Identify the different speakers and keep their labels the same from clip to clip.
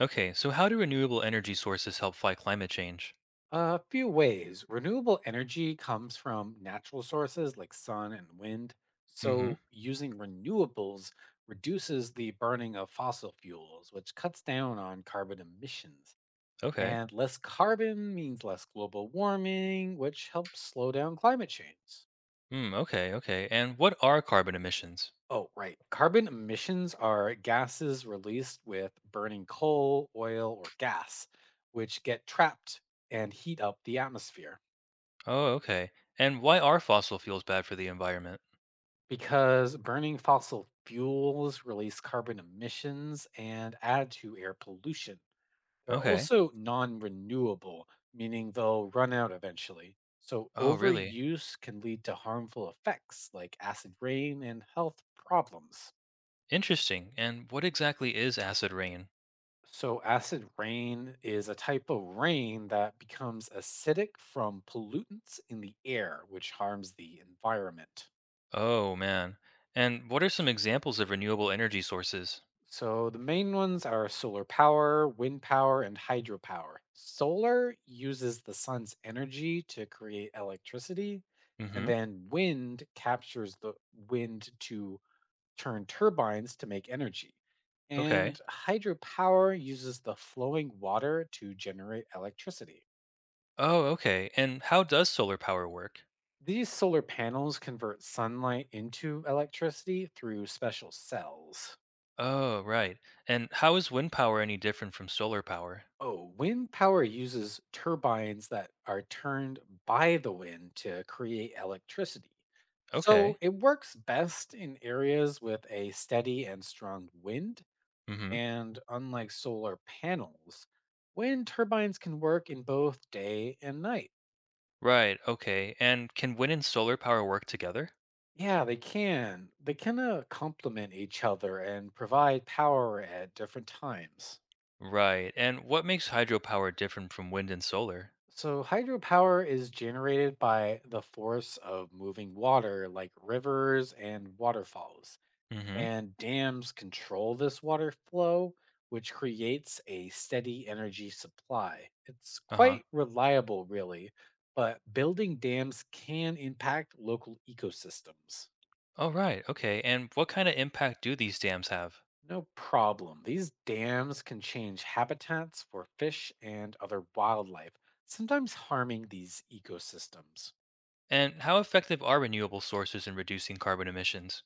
Speaker 1: Okay, so how do renewable energy sources help fight climate change?
Speaker 2: A few ways. Renewable energy comes from natural sources like sun and wind.
Speaker 1: Mm-hmm.
Speaker 2: So, using renewables reduces the burning of fossil fuels, which cuts down on carbon emissions.
Speaker 1: Okay.
Speaker 2: And less carbon means less global warming, which helps slow down climate change.
Speaker 1: Mm, okay, okay. And what are carbon emissions?
Speaker 2: Oh, right. Carbon emissions are gases released with burning coal, oil, or gas, which get trapped and heat up the atmosphere.
Speaker 1: Oh, okay. And why are fossil fuels bad for the environment?
Speaker 2: Because burning fossil fuels release carbon emissions and add to air pollution. They're
Speaker 1: Okay.
Speaker 2: also non renewable, meaning they'll run out eventually. So,
Speaker 1: Oh, really?
Speaker 2: overuse can lead to harmful effects like acid rain and health problems.
Speaker 1: Interesting. And what exactly is acid rain?
Speaker 2: So, acid rain is a type of rain that becomes acidic from pollutants in the air, which harms the environment.
Speaker 1: Oh, man. And what are some examples of renewable energy sources?
Speaker 2: So the main ones are solar power, wind power, and hydropower. Solar uses the sun's energy to create electricity, and
Speaker 1: Mm-hmm.
Speaker 2: then wind captures the wind to turn turbines to make energy.
Speaker 1: Okay.
Speaker 2: And hydropower uses the flowing water to generate electricity.
Speaker 1: Oh, okay. And how does solar power work?
Speaker 2: These solar panels convert sunlight into electricity through special cells.
Speaker 1: Oh, right. And how is wind power any different from solar power?
Speaker 2: Oh, wind power uses turbines that are turned by the wind to create electricity. So
Speaker 1: Okay.
Speaker 2: it works best in areas with a steady and strong wind.
Speaker 1: Mm-hmm.
Speaker 2: And unlike solar panels, wind turbines can work in both day and night.
Speaker 1: Right, okay. And can wind and solar power work together?
Speaker 2: Yeah, they can. They kind of complement each other and provide power at different times.
Speaker 1: Right. And what makes hydropower different from wind and solar?
Speaker 2: So hydropower is generated by the force of moving water like rivers and waterfalls.
Speaker 1: Mm-hmm.
Speaker 2: And dams control this water flow, which creates a steady energy supply. It's
Speaker 1: Uh-huh.
Speaker 2: quite reliable, really, but building dams can impact local ecosystems.
Speaker 1: Oh, right, okay. And what kind of impact do these dams have?
Speaker 2: No problem. These dams can change habitats for fish and other wildlife, sometimes harming these ecosystems.
Speaker 1: And how effective are renewable sources in reducing carbon emissions?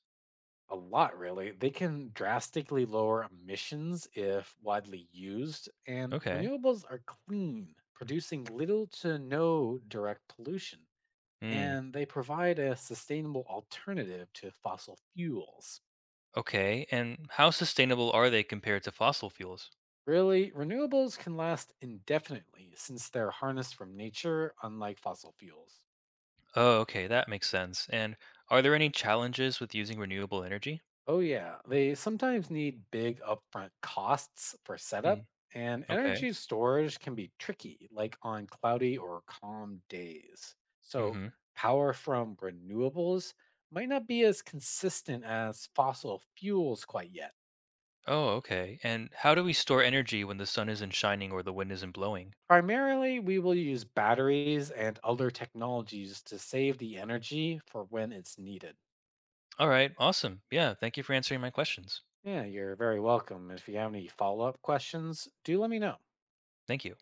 Speaker 2: A lot, really. They can drastically lower emissions if widely used, and
Speaker 1: Okay.
Speaker 2: renewables are clean, producing little to no direct pollution.
Speaker 1: Mm.
Speaker 2: And they provide a sustainable alternative to fossil fuels.
Speaker 1: Okay. And how sustainable are they compared to fossil fuels?
Speaker 2: Really, renewables can last indefinitely since they're harnessed from nature, unlike fossil fuels.
Speaker 1: Oh, okay, that makes sense. And are there any challenges with using renewable energy?
Speaker 2: Oh, yeah. They sometimes need big upfront costs for setup,
Speaker 1: Mm.
Speaker 2: and
Speaker 1: Okay.
Speaker 2: energy storage can be tricky, like on cloudy or calm days. So,
Speaker 1: Mm-hmm.
Speaker 2: power from renewables might not be as consistent as fossil fuels quite yet.
Speaker 1: Oh, okay. And how do we store energy when the sun isn't shining or the wind isn't blowing?
Speaker 2: Primarily, we will use batteries and other technologies to save the energy for when it's needed.
Speaker 1: All right, awesome. Yeah, thank you for answering my questions.
Speaker 2: Yeah, you're very welcome. If you have any follow up questions, do let me know.
Speaker 1: Thank you.